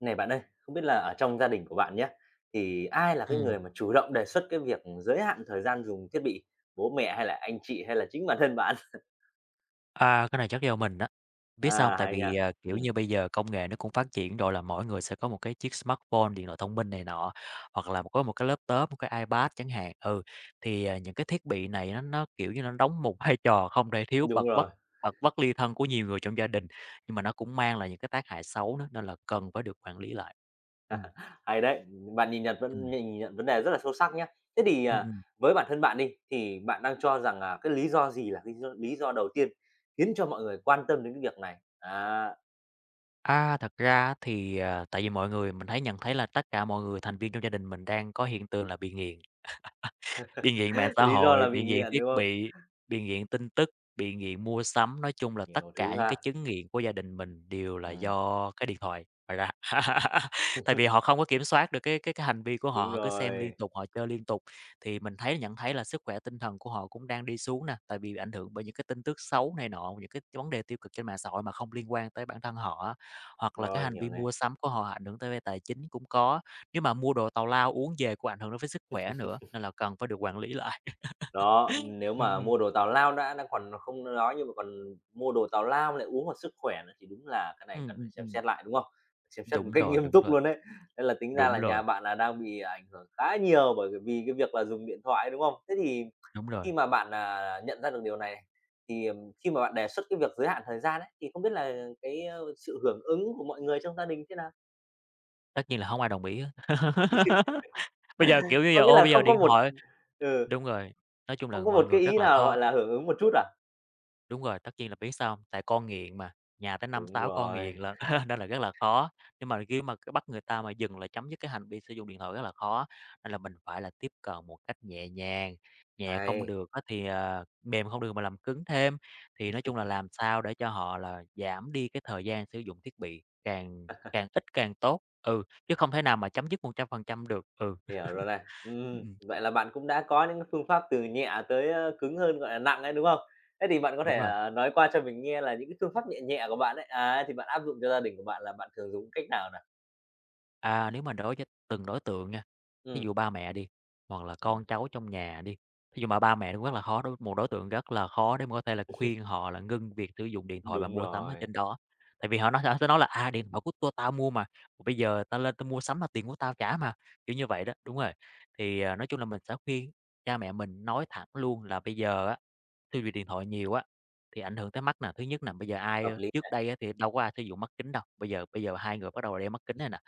Này bạn ơi, không biết là ở trong gia đình của bạn nhé, thì ai là cái Ừm, người mà chủ động đề xuất cái việc giới hạn thời gian dùng thiết bị? Bố mẹ hay là anh chị hay là chính bản thân bạn? Cái này chắc do mình á. Biết sao hông? À, Tại hay nha. vì, kiểu Ừm, như, bây giờ công nghệ nó cũng phát triển rồi là mỗi người sẽ có một cái chiếc smartphone, điện thoại thông minh này nọ, hoặc là có một cái laptop, một cái iPad chẳng hạn. Ừ, thì, những cái thiết bị này nó, kiểu như, nó đóng một vai trò không thể thiếu đúng rồi, bật bất ly thân của nhiều người trong gia đình, nhưng mà nó cũng mang lại những cái tác hại xấu nữa, nên là cần phải được quản lý lại. Ừm, hay đấy. Bạn ừm, nhìn nhận vấn đề rất là sâu sắc nhé. Thế thì, ừm, ừm. với bản thân bạn đi, thì bạn đang cho rằng, cái lý do gì là cái do lý do đầu tiên khiến cho mọi người quan tâm đến cái việc này? A, thật ra á thì, tại vì mọi người mình thấy nhận thấy là tất cả mọi người thành viên trong gia đình mình đang có hiện tượng là bị nghiện. Biên nghiện mạng xã Lý do hội, là bị biên nghiện nghiện, đúng thiết không? bị, biên nghiện tin tức, biên nghiện mua sắm, nói chung là tất Nhiều thứ cả những cái ha. chứng nghiện của gia đình mình đều là Ừm, do cái điện thoại mà ra. Tại vì họ không có kiểm soát được cái hành vi của họ, đúng họ cứ xem liên rồi, tục, họ chơi liên tục, thì mình nhận thấy là sức khỏe tinh thần của họ cũng đang đi xuống nè, tại vì bị ảnh hưởng bởi những cái tin tức xấu này nọ, những cái vấn đề tiêu cực trên mạng xã hội mà không liên quan tới bản thân họ á. Hoặc là cái rồi, hành hiểu vi này. mua sắm của họ ảnh hưởng tới về tài chính cũng có, nếu mà mua đồ tào lao uống về cũng ảnh hưởng đến với sức khỏe nữa, nên là cần phải được quản lý lại. Đó, nếu mà ừm. mua đồ tào lao đã còn không nói, nhưng mà còn mua đồ tào lao lại uống vào sức khỏe nữa thì đúng là cái này Ừm, cần phải ừm, xem ừm. xét lại, đúng không? Xem xét Đúng một cách rồi, nghiêm đúng túc rồi, luôn đấy. Nên là tính ra đúng là rồi, nhà bạn là đang bị ảnh hưởng khá nhiều bởi vì cái việc là dùng điện thoại, đúng không? Thế thì đúng rồi. khi mà bạn, nhận ra được điều này thì, khi mà bạn đề xuất cái việc giới hạn thời gian ấy, thì không biết là cái, sự hưởng ứng của mọi người trong gia đình thế nào? Tất nhiên là không ai đồng ý hết. Bây giờ, kiểu như giờ, Có nghĩa là bây giờ điện thoại ừ, đúng rồi, nói chung là không có mọi một người cái rất ý là nào, khó. gọi là, hưởng ứng một chút à? Đúng rồi, tất nhiên là biết sao hông? Tại con nghiện mà, nhà tới năm Đúng 6 con nghiện rồi, lận, nên là rất là khó. Nhưng mà khi mà cái bắt người ta mà dừng lại chấm dứt cái hành vi sử dụng điện thoại rất là khó, nên là mình phải là tiếp cận một cách nhẹ nhàng, nhẹ không hay. được á thì, mềm không được mà làm cứng thêm. Thì nói chung là làm sao để cho họ là giảm đi cái thời gian sử dụng thiết bị càng càng ít càng tốt, ừ, chứ không thể nào mà chấm dứt 100% được, ừ. Hiểu rồi này. Ừm, ừm, Vậy là bạn cũng đã có những cái phương pháp từ nhẹ tới, cứng hơn, gọi là, nặng ấy, đúng không? Thế thì bạn có đúng thể, rồi. Nói qua cho mình nghe là những cái phương pháp nhẹ nhẹ của bạn ấy, thì bạn áp dụng cho gia đình của bạn là bạn thường dùng cách nào nào? À, nếu mà đối với từng đối tượng nha, ví Ừm, dụ ba mẹ đi, hoặc là con cháu trong nhà đi, ví dụ mà ba mẹ cũng rất là khó một đối tượng rất là khó để mà có thể là khuyên họ là ngưng việc sử dụng điện thoại và đúng mua sắm ở rồi, trên đó. Tại vì họ sẽ nói là "À, điện thoại của tôi tao mua mà, bây giờ tao lên tao mua sắm là tiền của tao trả mà", kiểu như vậy đó, đúng rồi. Thì, nói chung là mình sẽ khuyên cha mẹ mình nói thẳng luôn là bây giờ á tiêu diệt điện thoại nhiều á, thì ảnh hưởng tới mắt nè. Thứ nhất nè, bây giờ hợp lý trước đấy. đây á thì đâu có ai sử dụng mắt kính đâu, bây giờ hai người bắt đầu đeo mắt kính này nè.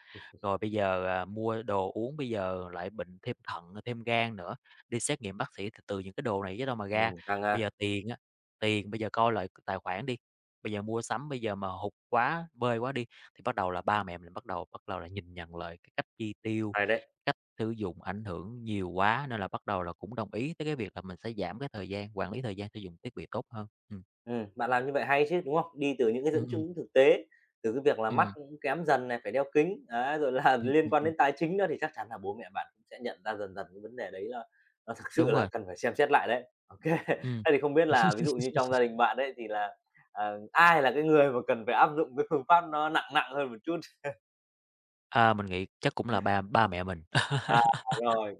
Rồi bây giờ, mua đồ uống bây giờ lại bệnh thêm thận, thêm gan nữa, đi xét nghiệm bác sĩ thì từ những cái đồ này chứ đâu mà ra. Căng Bây giờ ha, tiền á, tiền bây giờ coi lại tài khoản đi, bây giờ mua sắm bây giờ mà hụt quá, bơi quá đi, thì bắt đầu là ba mẹ mình bắt đầu là nhìn nhận lại cái cách chi tiêu, hay đấy. sử dụng ảnh hưởng nhiều quá nên là bắt đầu là cũng đồng ý tới cái việc là mình sẽ giảm cái thời gian quản lý thời gian sử dụng thiết bị tốt hơn. Bạn làm như vậy hay chứ, đúng không? Đi từ những cái dẫn ừm, ừm, chứng thực tế, từ cái việc là mắt ừm, cũng kém dần này, phải đeo kính, đấy, rồi là ừm, liên ừm, quan ừm. đến tài chính nữa thì chắc chắn là bố mẹ bạn cũng sẽ nhận ra dần dần cái vấn đề đấy là nó thực sự Đúng là rồi, cần phải xem xét lại đấy. OK. ừm. Thế thì không biết là ví dụ như trong gia đình bạn đấy thì là, ai là cái người mà cần phải áp dụng cái phương pháp nó nặng nặng hơn một chút? À, mình nghĩ chắc cũng là ba ba mẹ mình, À, rồi.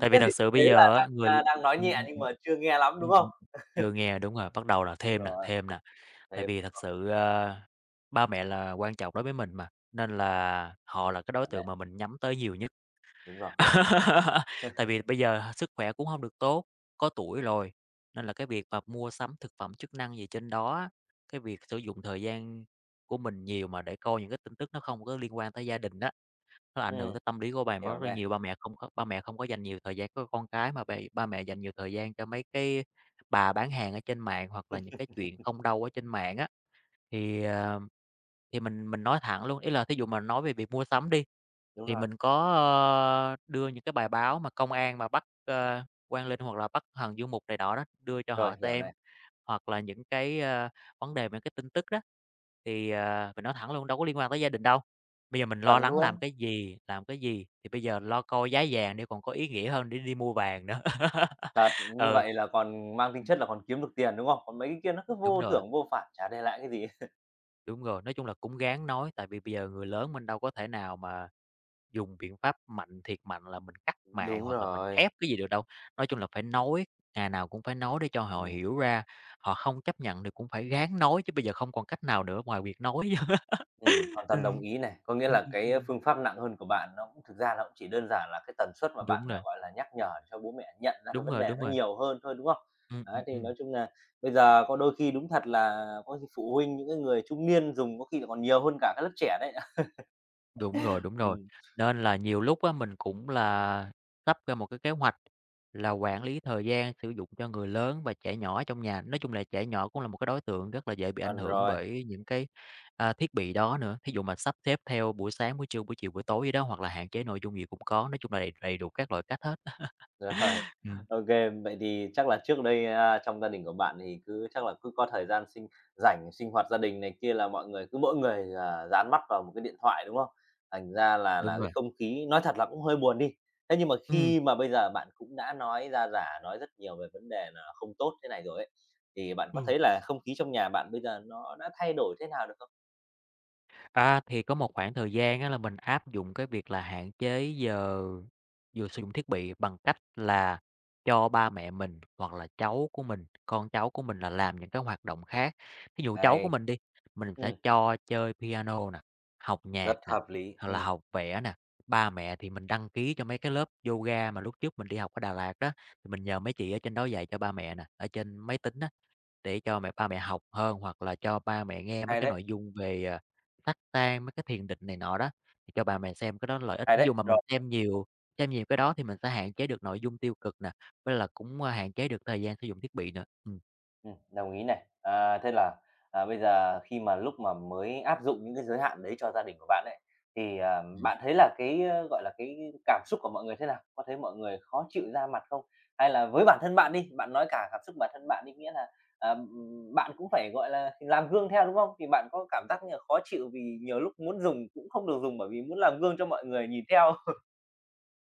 tại vì Thế thì thật thực sự tế bây là giờ đang, á, người a, đang nói ừm, nhẹ ừm, nhưng ừm, mà chưa nghe lắm, đúng ừm, không? ừm, chưa nghe đúng rồi, bắt đầu là Đúng rồi, thêm nè, tại thế vì thật sự, ba mẹ là quan trọng đối với mình mà, nên là họ là cái đối chuẩn tượng đấy, mà mình nhắm tới nhiều nhất. đúng rồi. Tại vì bây giờ sức khỏe cũng không được tốt, có tuổi rồi, nên là cái việc mà mua sắm thực phẩm chức năng gì trên đó á, cái việc sử dụng thời gian của mình nhiều mà để coi những cái tin tức nó không có liên quan tới gia đình đó, nó ảnh hưởng Ừm, tới tâm lý của bà má hiểu rất là này, nhiều. Ba mẹ không có dành nhiều thời gian cho con cái mà bày ba mẹ dành nhiều thời gian cho mấy cái bà bán hàng ở trên mạng hoặc là những cái chuyện không đâu ở trên mạng á. Thì, thì mình nói thẳng luôn, ý là thí dụ mà nói về việc mua sắm đi đúng thì rồi, mình có, đưa những cái bài báo mà công an mà bắt, Quang Linh hoặc là bắt Hằng Du Mục này nọ đó, đưa cho rồi, họ hiểu xem, này. hoặc là những cái, vấn đề về cái tin tức đó. Thì, mình nói thẳng luôn đâu có liên quan tới gia đình đâu, bây giờ mình lo Chuẩn lắng luôn. Làm cái gì, thì bây giờ lo coi giá vàng đi còn có ý nghĩa hơn để đi mua vàng nữa. Thật, như Ừ. vậy là còn mang tính Ừm, chất là còn kiếm được tiền, đúng không? Còn mấy cái kia nó cứ đúng vô rồi, thưởng vô phạt, chả để lại cái gì. đúng rồi, nói chung là cũng gán nói, tại vì bây giờ người lớn mình đâu có thể nào mà dùng biện pháp mạnh thiệt mạnh là mình cắt mạng Đúng hoặc là mình rồi. ép cái gì được đâu. Nói chung là phải nói, ngày nào cũng phải nói để cho họ Ừm, hiểu ra, họ không chấp nhận thì cũng phải ráng nói chứ bây giờ không còn cách nào nữa ngoài việc nói. Hoàn toàn đồng Ừm, ý này. Có nghĩa là cái ừm. phương pháp nặng hơn của bạn nó cũng thực ra nó cũng chỉ đơn giản là cái tần suất mà Đúng bạn, rồi, gọi là, nhắc nhở cho bố mẹ nhận ra cái đúng vấn rồi, đề đúng nó rồi. nhiều hơn thôi, đúng không? Ừm, ừm, Đấy, thì ừm. nói chung là bây giờ có đôi khi đúng thật là có khi phụ huynh những cái người trung niên dùng có khi là còn nhiều hơn cả các lớp trẻ đấy. Đúng rồi, đúng rồi. Ừm, Nên là nhiều lúc á, mình cũng là sắp ra một cái kế hoạch là quản lý thời gian sử dụng cho người lớn và trẻ nhỏ ở trong nhà. Nói chung là trẻ nhỏ cũng là một cái đối tượng rất là dễ bị ảnh chuẩn hưởng rồi. bởi những cái, thiết bị đó nữa. Thí dụ mà sắp xếp theo buổi sáng, buổi trưa, buổi chiều, buổi tối gì đó, hoặc là hạn chế nội dung gì cũng có, nói chung là đầy đầy đủ các loại cách hết á. Rồi, OK. Vậy thì chắc là trước đây, trong gia đình của bạn thì cứ chắc là cứ có thời gian sinh hoạt gia đình này kia là mọi người cứ mỗi người là dán mắt vào một cái điện thoại, đúng không? Thành ra là Đúng là cái rồi. không khí nói thật là cũng hơi buồn đi. Thế nhưng mà Ừm. khi mà bây giờ bạn cũng đã nói ra giả nói rất nhiều về vấn đề là không tốt thế này rồi ấy, thì bạn có thấy là không khí trong nhà bạn bây giờ nó đã thay đổi thế nào được không? À, thì có một khoảng thời gian á là mình áp dụng cái việc là hạn chế giờ giờ sử dụng thiết bị bằng cách là cho ba mẹ mình hoặc là cháu của mình, con cháu của mình là làm những cái hoạt động khác. Thí dụ cháu của Hay. mình đi, mình sẽ Ừm. cho chơi piano nè, học nhạc Rất nè, hợp lý, hoặc là học vẽ nè. Ba mẹ thì mình đăng ký cho mấy cái lớp yoga mà lúc trước mình đi học ở Đà Lạt đó, thì mình nhờ mấy chị ở trên đó dạy cho ba mẹ nè, ở trên máy tính á. Để cho ba mẹ học hơn, hoặc là cho ba mẹ nghe mấy hay cái đấy, nội dung về, Tát Tan, mấy cái thiền định này nọ đó, thì cho bà mẹ xem cái đó lợi ích. hay Thí dụ đấy. mà mình Rồi. Xem nhiều cái đó thì mình sẽ hạn chế được nội dung tiêu cực nè, với là cũng, hạn chế được thời gian sử dụng thiết bị nữa. Đồng ý này. Thế là, bây giờ khi mà lúc mà mới áp dụng những cái giới hạn đấy cho gia đình của bạn ấy, thì, ừm. bạn thấy là cái, gọi là, cái cảm xúc của mọi người thế nào? Có thấy mọi người khó chịu ra mặt không? Hay là với bản thân bạn đi, bạn nói cả cảm xúc bản thân bạn đi, nghĩa là, bạn cũng phải, gọi là, làm gương theo, đúng không? Thì bạn có cảm giác như là khó chịu vì nhiều lúc muốn dùng cũng không được dùng bởi vì muốn làm gương cho mọi người nhìn theo.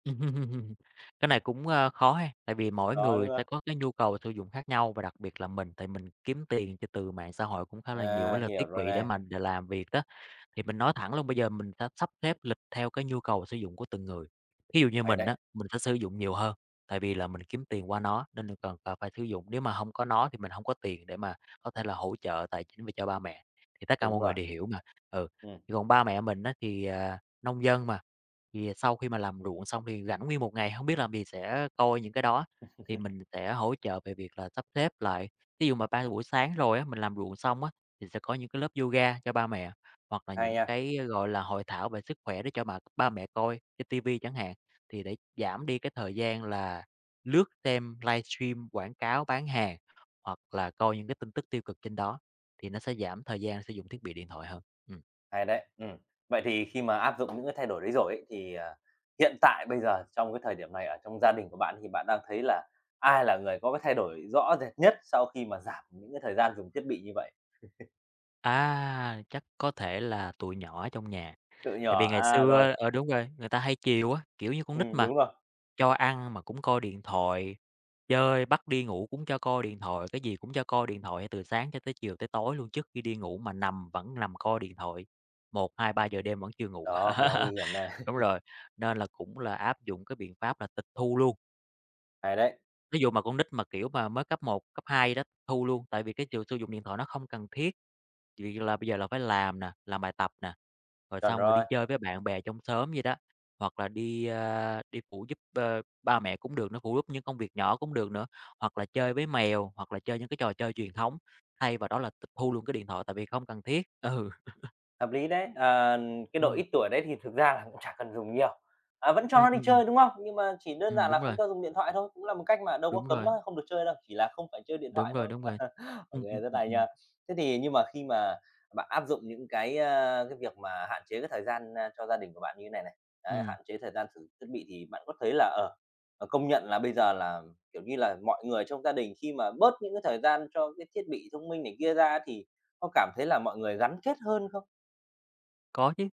Cái này cũng, khó ha, tại vì mỗi Đó, đúng người sẽ không? có cái nhu cầu sử dụng khác nhau và đặc biệt là mình, tại mình kiếm tiền cho từ mạng xã hội cũng khá là nhiều với À, là hiểu thiết rồi bị để này, mà để làm việc đó. Thì mình nói thẳng luôn bây giờ mình sẽ sắp xếp lịch theo cái nhu cầu sử dụng của từng người. Ví dụ như hay mình đấy, á, mình sẽ sử dụng nhiều hơn, tại vì là mình kiếm tiền qua nó nên là cần cần phải sử dụng, nếu mà không có nó thì mình không có tiền để mà có thể là hỗ trợ tài chính về cho ba mẹ, thì tất cả đúng mọi người rồi, đều hiểu mà. Ừ, ừm, thì còn ba mẹ mình á thì, nông dân mà, thì sau khi mà làm ruộng xong thì rảnh nguyên một ngày không biết làm gì sẽ coi những cái đó, thì mình sẽ hỗ trợ về việc là sắp xếp lại. Ví dụ mà ba buổi sáng rồi á, mình làm ruộng xong á, thì sẽ có những cái lớp yoga cho ba mẹ. Hoặc là hay những nha. cái, gọi là, hội thảo về sức khỏe để cho bà ba mẹ coi trên ti chẳng hạn, thì để giảm đi cái thời gian là lướt xem livestream quảng cáo bán hàng, hoặc là coi những cái tin tức tiêu cực trên đó, thì nó sẽ giảm thời gian sử dụng thiết bị điện thoại hơn. Ừm. Hay đấy. Vậy thì khi mà áp dụng những cái thay đổi đấy rồi ấy, thì, hiện tại bây giờ trong cái thời điểm này ở trong gia đình của bạn thì bạn đang thấy là ai là người có cái thay đổi rõ rệt nhất sau khi mà giảm những cái thời gian dùng thiết bị như vậy? À, chắc có thể là tụi nhỏ ở trong nhà, Tự tại vì nhỏ ngày à, rồi, xưa ờ, đúng rồi, người ta hay chiều á, kiểu như con nít mà, đúng rồi, cho ăn mà cũng coi điện thoại, chơi bắt đi ngủ cũng cho coi điện thoại, cái gì cũng cho coi điện thoại từ sáng cho tới chiều tới tối luôn, trước khi đi ngủ mà nằm vẫn nằm coi điện thoại, một hai ba giờ đêm vẫn chưa ngủ. đó, phải đó nguy hiểm này, Đúng rồi, nên là cũng là áp dụng cái biện pháp là tịch thu luôn, hay đấy, ví dụ mà con nít mà, kiểu, mà mới cấp một cấp 2 gì đó, tịch thu luôn, tại vì cái sự sử dụng điện thoại nó không cần thiết. Việc là bây giờ là phải làm nè, làm bài tập nè, rồi chuẩn xong rồi đi rồi. chơi với bạn bè trong xóm vậy đó, hoặc là đi, đi phụ giúp, ba mẹ cũng được nữa, phụ giúp những công việc nhỏ cũng được nữa, hoặc là chơi với mèo, hoặc là chơi những cái trò chơi truyền thống, thay vào đó là tịch thu luôn cái điện thoại tại vì không cần thiết. Ừ, Hợp lý đấy. Ờ, cái độ ừm, ít tuổi đấy thì thực ra là cũng chả cần dùng nhiều, vẫn cho ừm, nó đi ừm, ừm, chơi, đúng không? Nhưng mà chỉ đơn giản là đúng không rồi, cho dùng điện thoại thôi, cũng là một cách mà đâu có đúng cấm rồi, nó không được chơi đâu, chỉ là không phải chơi điện đúng thoại rồi, thôi. đúng rồi. OK, Ừm, ừm, rất ừm, hay ừm, nha. Thế thì nhưng mà khi mà bạn áp dụng những cái, cái việc mà hạn chế cái thời gian, cho gia đình của bạn như thế này này, đấy, ừm, hạn chế thời gian sử dụng thiết bị thì bạn có thấy là, công nhận là bây giờ là, kiểu như là, mọi người trong gia đình khi mà bớt những cái thời gian cho cái thiết bị thông minh này kia ra thì có cảm thấy là mọi người gắn kết hơn không? có chứ.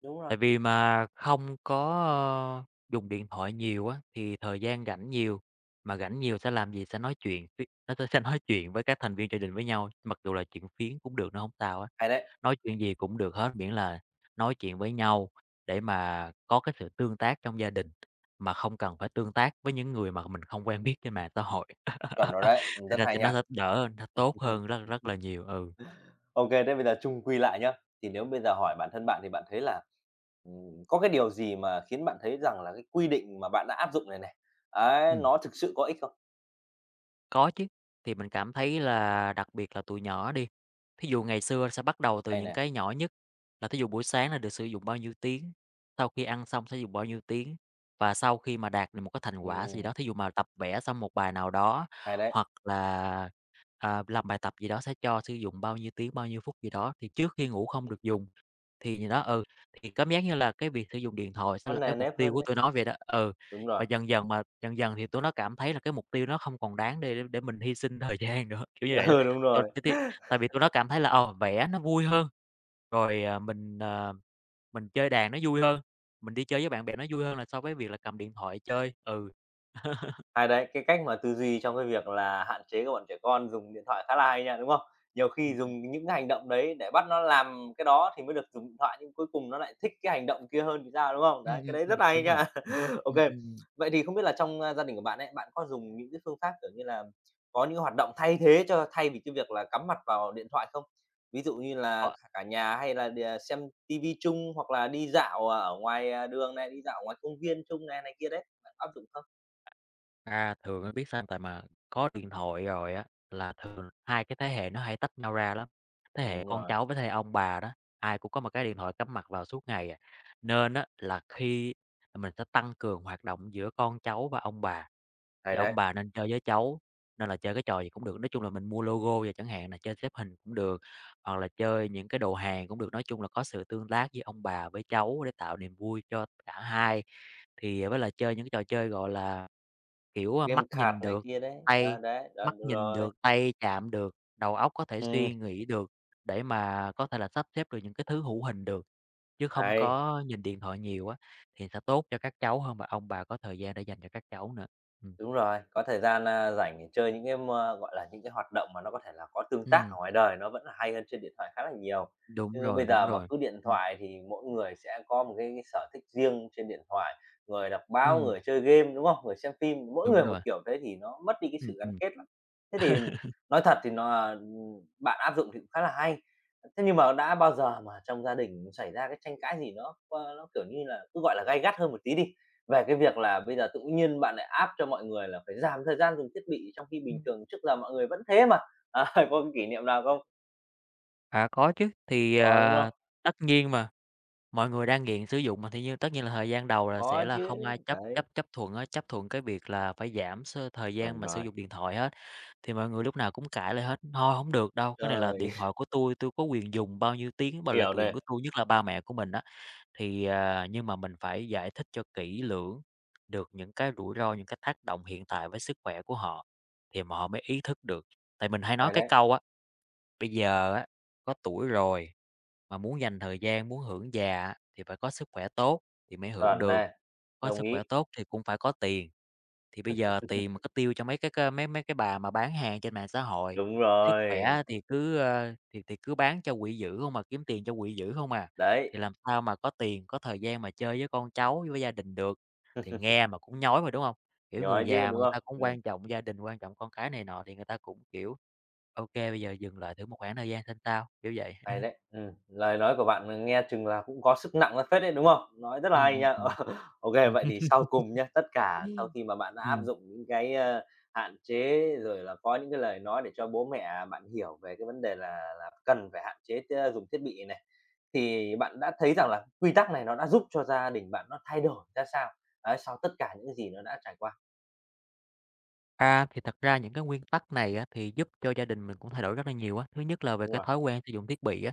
Đúng rồi, Tại vì mà không có, ơ, dùng điện thoại nhiều á, thì thời gian rảnh nhiều, mà rảnh nhiều sẽ làm gì? Sẽ nói chuyện với nó sẽ nói chuyện với các thành viên gia đình với nhau, mặc dù là chuyện phiếm cũng được, nó không sao hết, hay đấy, nói chuyện gì cũng được hết, miễn là nói chuyện với nhau để mà có cái sự tương tác trong gia đình, mà không cần phải tương tác với những người mà mình không quen biết trên mạng xã hội. chuẩn rồi đấy, Thì rất là hay thì nó nha. sẽ đỡ nó tốt hơn rất rất là nhiều, ừ. OK, thế bây giờ chung quy lại nhá, thì nếu bây giờ hỏi bản thân bạn thì bạn thấy là, có cái điều gì mà khiến bạn thấy rằng là cái quy định mà bạn đã áp dụng này này, ấy, nó thực sự có ích không? Có chứ, thì mình cảm thấy là đặc biệt là tụi nhỏ đi, thí dụ ngày xưa sẽ bắt đầu từ Hay những nè, cái nhỏ nhất, là thí dụ buổi sáng là được sử dụng bao nhiêu tiếng, sau khi ăn xong sẽ dùng bao nhiêu tiếng, và sau khi mà đạt được một cái thành quả gì ừm, đó, thí dụ mà tập vẽ xong một bài nào đó, hay đấy, hoặc là, làm bài tập gì đó sẽ cho sử dụng bao nhiêu tiếng, bao nhiêu phút gì đó, thì trước khi ngủ không được dùng. Thì gì đó, ừ, thì cảm giác như là cái việc sử dụng điện thoại sẽ nó là cái nề mục nếp tiêu hơn của đấy, tụi nó vậy đó. Ừ, đúng rồi, và dần dần mà dần dần thì tụi nó cảm thấy là cái mục tiêu nó không còn đáng để mình hy sinh thời gian nữa, kiểu như vậy đó. ừ, đúng T rồi. t t tại vì tụi nó cảm thấy là, vẽ nó vui hơn, rồi, mình, mình chơi đàn nó vui hơn, mình đi chơi với bạn bè nó vui hơn là so với việc là cầm điện thoại chơi. Ừ. Hay đấy, cái cách mà tư duy trong cái việc là hạn chế các bọn trẻ con dùng điện thoại khá là hay nha, đúng không? Nhiều khi Ừm, ừm. dùng những cái hành động đấy để bắt nó làm cái đó thì mới được dùng điện thoại, nhưng cuối cùng nó lại thích cái hành động kia hơn thì sao, đúng không? Đấy, cái đấy rất là hay đúng rồi. nha. Ừm. OK. Ừm, ừm, ừm. Vậy thì không biết là trong, gia đình của bạn ấy, bạn có dùng những cái phương pháp, kiểu như là, có những hoạt động thay thế thay vì cái việc là cắm mặt vào điện thoại không? Ví dụ như là Ờ. cả cả nhà hay là đìa xem ti chung hoặc là đi dạo, ở ngoài, đường này, đi dạo ngoài công viên chung này này kia đấy, bạn có áp dụng không? À, thường á biết sao. Tại mà có điện thoại rồi á, là thường hai cái thế hệ nó hay tách nhau ra lắm. Thế hệ Đúng con rồi. cháu với thế hệ ông bà đó, ai cũng có một cái điện thoại cắm mặt vào suốt ngày à. Nên á là khi mình sẽ tăng cường hoạt động giữa con cháu và ông bà, thì Hay ông đấy, bà nên chơi với cháu, nên là chơi cái trò gì cũng được. Nói chung là mình mua logo và chẳng hạn là chơi xếp hình cũng được, hoặc là chơi những cái đồ hàng cũng được. Nói chung là có sự tương tác với ông bà với cháu để tạo niềm vui cho cả hai. Thì với là chơi những cái trò chơi, gọi là kiểu, mắt game card nhìn này được, kia đấy, tay đấy, đ mắt đúng nhìn rồi. được, tay chạm được, đầu óc có thể Ừm, suy nghĩ được để mà có thể là sắp xếp được những cái thứ hữu hình được, chứ không hay. có nhìn điện thoại nhiều á, thì sẽ tốt cho các cháu hơn và ông bà có thời gian để dành cho các cháu nữa. Ừm, Đúng rồi, có thời gian, rảnh để chơi những cái gọi là, những cái hoạt động mà nó có thể là có tương tác ừm, ở ngoài đời nó vẫn là hay hơn trên điện thoại khá là nhiều. đúng Chứ rồi, bây đúng giờ mà rồi. cứ điện Ừm, thoại thì mỗi người sẽ có một cái sở thích riêng trên điện thoại, người đọc báo, ừm, người chơi game, đúng không? Người xem phim, mỗi đúng người một rồi. kiểu thế thì nó mất đi cái Ừm, sự gắn ừm. kết lắm. Thế thì nói thật thì bạn áp dụng thì cũng khá là hay. Thế nhưng mà đã bao giờ mà trong gia đình xảy ra cái tranh cãi gì nó, kiểu như là, cứ gọi là, gay gắt hơn một tí đi, về cái việc là bây giờ tự nhiên bạn lại áp cho mọi người là phải giảm thời gian dùng thiết bị trong khi bình thường trước giờ mọi người vẫn thế mà. À, có cái kỷ niệm nào không? À, có chứ, thì, Có, đúng không? tất nhiên mà. Mọi người đang nghiện sử dụng mà thì như tất nhiên là thời gian đầu là sẽ Có là chứ, không ai chấp chấp đấy, chấp thuận á, chấp thuận cái việc là phải giảm s thời chuẩn gian mà sử rồi. dụng điện thoại hết. Thì mọi người lúc nào cũng cãi lại hết: "Thôi không được đâu, cái này là Trời! điện thoại của tôi có quyền dùng bao nhiêu tiếng mà là Hiểu quyền này, của tôi nhất là ba mẹ của mình á. Thì, nhưng mà mình phải giải thích cho kỹ lưỡng được những cái rủi ro, những cái tác động hiện tại với sức khỏe của họ thì mà họ mới ý thức được. Tại mình hay nói hay cái đấy. câu á: bây giờ á, có tuổi rồi, mà muốn dành thời gian, muốn hưởng già á, thì phải có sức khỏe tốt thì mới hưởng Chuẩn được. này, Có đồng sức khỏe ý. tốt thì cũng phải có tiền, thì bây giờ tiền mà cứ tiêu cho mấy cái c mấy mấy cái bà mà bán hàng trên mạng xã hội, Đúng sức rồi, khỏe thì cứ, thì cứ bán cho quỵ dữ không mà kiếm tiền cho quỵ dữ không à. đấy, Thì làm sao mà có tiền, có thời gian mà chơi với con cháu, với gia đình được, thì nghe mà cũng nhói mà, đúng không? Kiểu, người nhói chứ, già mà đúng người ta không? cũng Ừm. quan trọng gia đình, quan trọng con cái này nọ thì người ta cũng, kiểu, ok bây giờ dừng lại thử một khoảng thời gian xem sao, kiểu vậy. Hay đấy, lời nói của bạn, nghe chừng là cũng có sức nặng ra phết đấy, đúng không? Nói rất Ừ, là hay ừ, nha. ừ. Ờ, vậy thì Ừm. sau cùng nhá, tất cả sau khi mà bạn đã áp dụng những cái, hạn chế rồi là có những cái lời nói để cho bố mẹ bạn hiểu về cái vấn đề là cần phải hạn chế dùng thiết bị này, thì bạn đã thấy rằng là quy tắc này nó đã giúp cho gia đình bạn nó thay đổi ra sao? Ấy, sau tất cả những gì nó đã trải qua? À, thì thật ra những cái nguyên tắc này á, thì giúp cho gia đình mình cũng thay đổi rất là nhiều á. Thứ nhất là về Đúng cái rồi, thói quen sử dụng thiết bị á,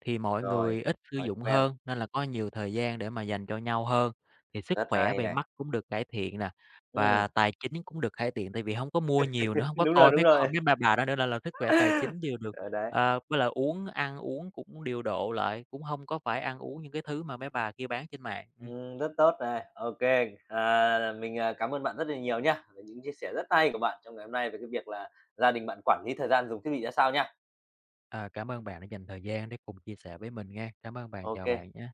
thì mọi rồi, người ít sử thói dụng quen, hơn nên là có nhiều thời gian để mà dành cho nhau hơn, thì sức rất khỏe hay về này. mắt cũng được cải thiện nè, Ừm, và tài chính cũng được cải thiện tại vì không có mua nhiều nữa, không có đúng rồi, coi đúng mấy rồi. con mấy bà đó nữa nên là sức khỏe tài chính đều được. Ở đấy. Ờ, với lại uống ăn uống cũng điều độ lại, cũng không có phải ăn uống những cái thứ mà mấy bà kia bán trên mạng. Rất tốt này, OK, mình, cảm ơn bạn rất là nhiều nhá, về những chia sẻ rất hay của bạn trong ngày hôm nay về cái việc là gia đình bạn quản lý thời gian dùng thiết bị ra sao nhá, Ờ, cảm ơn bạn đã dành thời gian để cùng chia sẻ với mình nghe. Cảm ơn bạn, chào OK. bạn nhé.